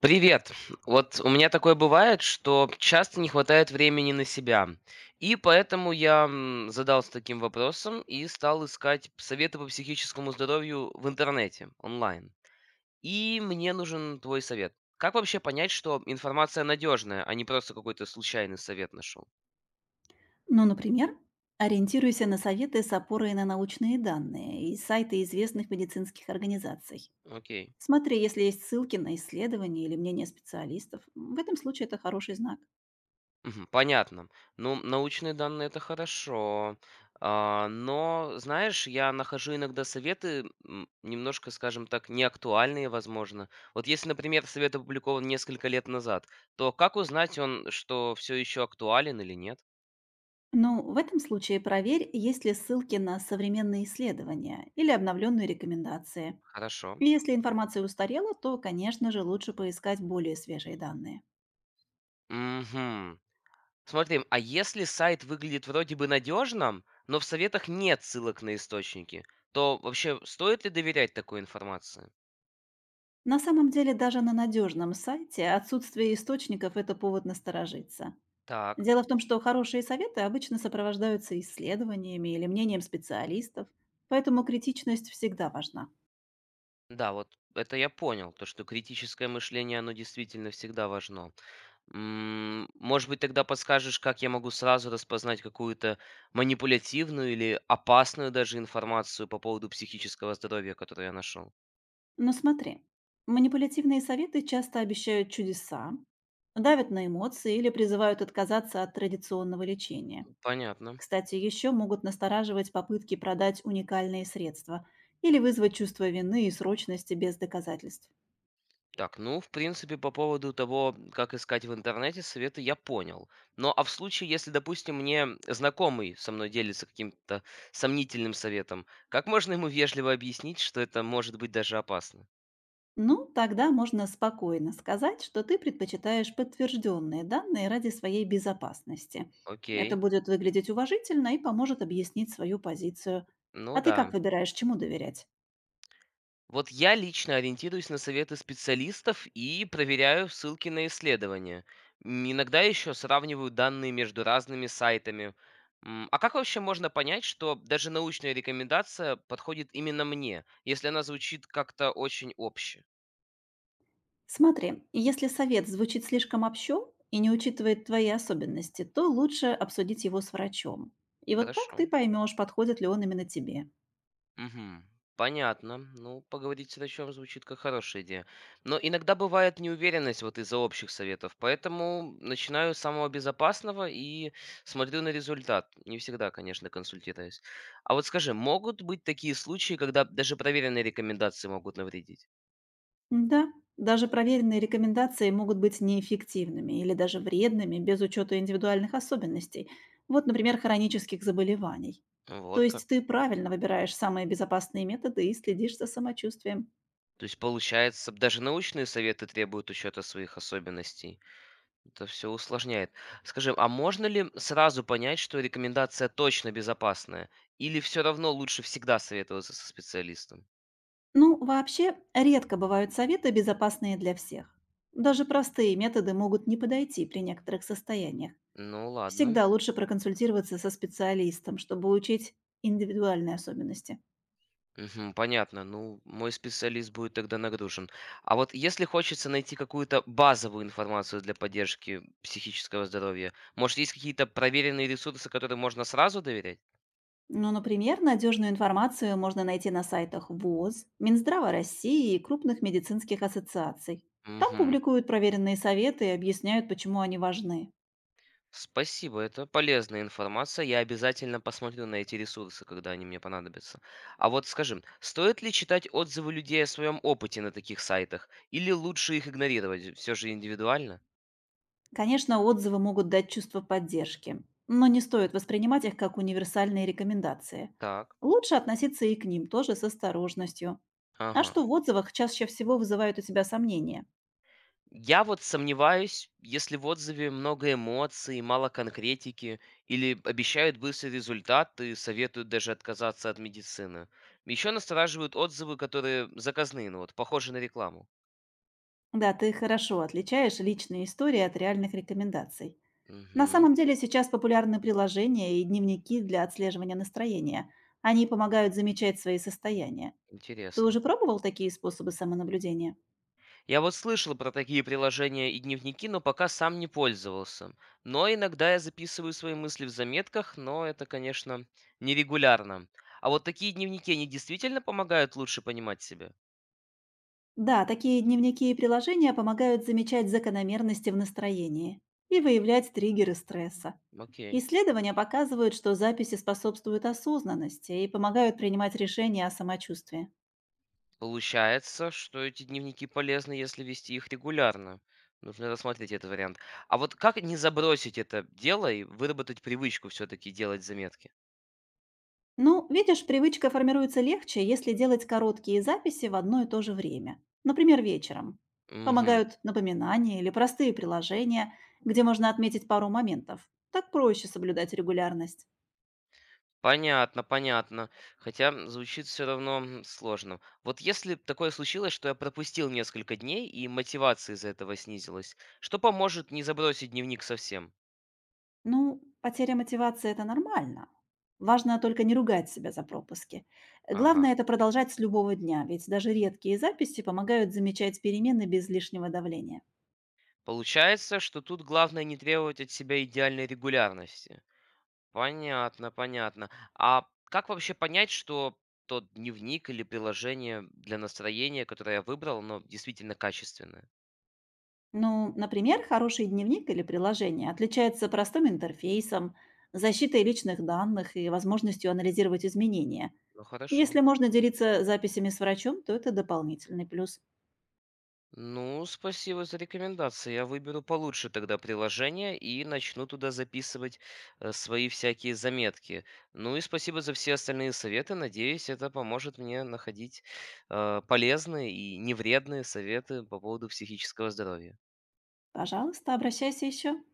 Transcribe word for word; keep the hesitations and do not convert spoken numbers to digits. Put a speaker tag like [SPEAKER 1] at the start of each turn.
[SPEAKER 1] Привет. Вот у меня такое бывает, что часто не хватает времени на себя. И поэтому я м, задался таким вопросом и стал искать советы по психическому здоровью в интернете, онлайн. И мне нужен твой совет. Как вообще понять, что информация надежная, а не просто какой-то случайный совет нашел?
[SPEAKER 2] Ну, например, ориентируйся на советы с опорой на научные данные и сайты известных медицинских организаций.
[SPEAKER 1] Окей.
[SPEAKER 2] Смотри, если есть ссылки на исследования или мнения специалистов. В этом случае это хороший знак.
[SPEAKER 1] Мгм. Понятно. Ну, научные данные — это хорошо. А, но, знаешь, я нахожу иногда советы, м, немножко, скажем так, неактуальные, возможно. Вот если, например, совет опубликован несколько лет назад, то как узнать он, что все еще актуален или нет?
[SPEAKER 2] Но в этом случае проверь, есть ли ссылки на современные исследования или обновленные рекомендации.
[SPEAKER 1] Хорошо.
[SPEAKER 2] И если информация устарела, то, конечно же, лучше поискать более свежие данные.
[SPEAKER 1] Мгм. Смотри, а если сайт выглядит вроде бы надежным, но в советах нет ссылок на источники, то вообще стоит ли доверять такой информации?
[SPEAKER 2] На самом деле, даже на надежном сайте отсутствие источников– это повод насторожиться.
[SPEAKER 1] Так.
[SPEAKER 2] Дело в том, что хорошие советы обычно сопровождаются исследованиями или мнением специалистов, поэтому критичность всегда важна.
[SPEAKER 1] Да, вот это я понял, то, что критическое мышление, оно действительно всегда важно. М, Может быть, тогда подскажешь, как я могу сразу распознать какую-то манипулятивную или опасную даже информацию по поводу психического здоровья, которую я нашел?
[SPEAKER 2] Но смотри, манипулятивные советы часто обещают чудеса, давят на эмоции или призывают отказаться от традиционного лечения.
[SPEAKER 1] Понятно.
[SPEAKER 2] Кстати, еще могут настораживать попытки продать уникальные средства или вызвать чувство вины и срочности без доказательств.
[SPEAKER 1] Так, ну, в принципе, по поводу того, как искать в интернете советы, я понял. Но а в случае, если, допустим, мне знакомый со мной делится каким-то сомнительным советом, как можно ему вежливо объяснить, что это может быть даже опасно?
[SPEAKER 2] Ну, тогда можно спокойно сказать, что ты предпочитаешь подтвержденные данные ради своей безопасности. Это
[SPEAKER 1] Окей.
[SPEAKER 2] будет выглядеть уважительно и поможет объяснить свою позицию.
[SPEAKER 1] Ну
[SPEAKER 2] А ты
[SPEAKER 1] да.
[SPEAKER 2] как выбираешь, чему доверять?
[SPEAKER 1] Вот я лично ориентируюсь на советы специалистов и проверяю ссылки на исследования. М, Иногда еще сравниваю данные между разными сайтами. М, А как вообще можно понять, что даже научная рекомендация подходит именно мне, если она звучит как-то очень обще?
[SPEAKER 2] Смотри, если совет звучит слишком общо и не учитывает твои особенности, то лучше обсудить его с врачом. И вот так
[SPEAKER 1] Хорошо.
[SPEAKER 2] ты поймешь, подходит ли он именно тебе.
[SPEAKER 1] Мгм. Понятно. Ну, поговорить с врачом звучит как хорошая идея. Но иногда бывает неуверенность вот из-за общих советов, поэтому начинаю с самого безопасного и смотрю на результат. Не всегда, конечно, консультируюсь. А вот скажи, могут быть такие случаи, когда даже проверенные рекомендации могут навредить?
[SPEAKER 2] Да, даже проверенные рекомендации могут быть неэффективными или даже вредными без учета индивидуальных особенностей, вот, например, хронических заболеваний. То
[SPEAKER 1] Вот как.
[SPEAKER 2] есть ты правильно выбираешь самые безопасные методы и следишь за самочувствием.
[SPEAKER 1] То есть, получается, даже научные советы требуют учета своих особенностей. Это все усложняет. Скажи, а можно ли сразу понять, что рекомендация точно безопасная? Или все равно лучше всегда советоваться со специалистом?
[SPEAKER 2] Ну, вообще, редко бывают советы, безопасные для всех. Даже простые методы могут не подойти при некоторых состояниях.
[SPEAKER 1] Ну ладно.
[SPEAKER 2] Всегда лучше проконсультироваться со специалистом, чтобы учить индивидуальные особенности.
[SPEAKER 1] Мгм, понятно. Ну, мой специалист будет тогда нагружен. А вот если хочется найти какую-то базовую информацию для поддержки психического здоровья, может, есть какие-то проверенные ресурсы, которым можно сразу доверять?
[SPEAKER 2] Ну, например, надежную информацию можно найти на сайтах в о з, Минздрава России и крупных медицинских ассоциаций. Там
[SPEAKER 1] Мгм.
[SPEAKER 2] публикуют проверенные советы и объясняют, почему они важны.
[SPEAKER 1] Спасибо, это полезная информация. Я обязательно посмотрю на эти ресурсы, когда они мне понадобятся. А вот скажи, стоит ли читать отзывы людей о своем опыте на таких сайтах? Или лучше их игнорировать? Все же индивидуально?
[SPEAKER 2] Конечно, отзывы могут дать чувство поддержки, но не стоит воспринимать их как универсальные рекомендации.
[SPEAKER 1] Так.
[SPEAKER 2] Лучше относиться и к ним тоже с осторожностью. А
[SPEAKER 1] Ага.
[SPEAKER 2] что в отзывах чаще всего вызывают у тебя сомнения?
[SPEAKER 1] Я вот сомневаюсь, если в отзыве много эмоций, мало конкретики, или обещают быстрый результат и советуют даже отказаться от медицины. Еще настораживают отзывы, которые заказные, ну вот, похожи на рекламу.
[SPEAKER 2] Да, ты хорошо отличаешь личные истории от реальных рекомендаций. На
[SPEAKER 1] Угу,
[SPEAKER 2] самом деле сейчас популярны приложения и дневники для отслеживания настроения. Они помогают замечать свои состояния. Ты уже
[SPEAKER 1] интересно.
[SPEAKER 2] пробовал такие способы самонаблюдения?
[SPEAKER 1] Я вот слышал про такие приложения и дневники, но пока сам не пользовался. Но иногда я записываю свои мысли в заметках, но это, конечно, нерегулярно. А вот такие дневники, они действительно помогают лучше понимать себя?
[SPEAKER 2] Да, такие дневники и приложения помогают замечать закономерности в настроении и выявлять триггеры стресса.
[SPEAKER 1] Окей.
[SPEAKER 2] Исследования показывают, что записи способствуют осознанности и помогают принимать решения о самочувствии.
[SPEAKER 1] Получается, что эти дневники полезны, если вести их регулярно. Нужно рассмотреть этот вариант. А вот как не забросить это дело и выработать привычку все-таки делать заметки?
[SPEAKER 2] Ну, видишь, привычка формируется легче, если делать короткие записи в одно и то же время. Например, вечером.
[SPEAKER 1] Угу.
[SPEAKER 2] Помогают напоминания или простые приложения, где можно отметить пару моментов. Так проще соблюдать регулярность.
[SPEAKER 1] Понятно, понятно. Хотя, м, звучит все равно, м, сложно. Вот если б такое случилось, что я пропустил несколько дней и мотивация из-за этого снизилась, что поможет не забросить дневник совсем?
[SPEAKER 2] Ну, потеря мотивации– это нормально. Важно только не ругать себя за пропуски.
[SPEAKER 1] Ага.
[SPEAKER 2] Главное– это продолжать с любого дня, ведь даже редкие записи помогают замечать перемены без лишнего давления.
[SPEAKER 1] Получается, что тут главное не требовать от себя идеальной регулярности. Понятно, понятно. А как вообще понять, что тот дневник или приложение для настроения, которое я выбрал, оно действительно качественное?
[SPEAKER 2] Ну, например, хороший дневник или приложение отличается простым интерфейсом, защитой личных данных и возможностью анализировать изменения.
[SPEAKER 1] Ну, хорошо.
[SPEAKER 2] Если можно делиться записями с врачом, то это дополнительный плюс.
[SPEAKER 1] Ну, спасибо за рекомендации. Я выберу получше тогда приложение и начну туда записывать э, свои всякие заметки. Ну и спасибо за все остальные советы. Надеюсь, это поможет мне находить э, полезные и невредные советы по поводу психического здоровья.
[SPEAKER 2] Пожалуйста, обращайся еще.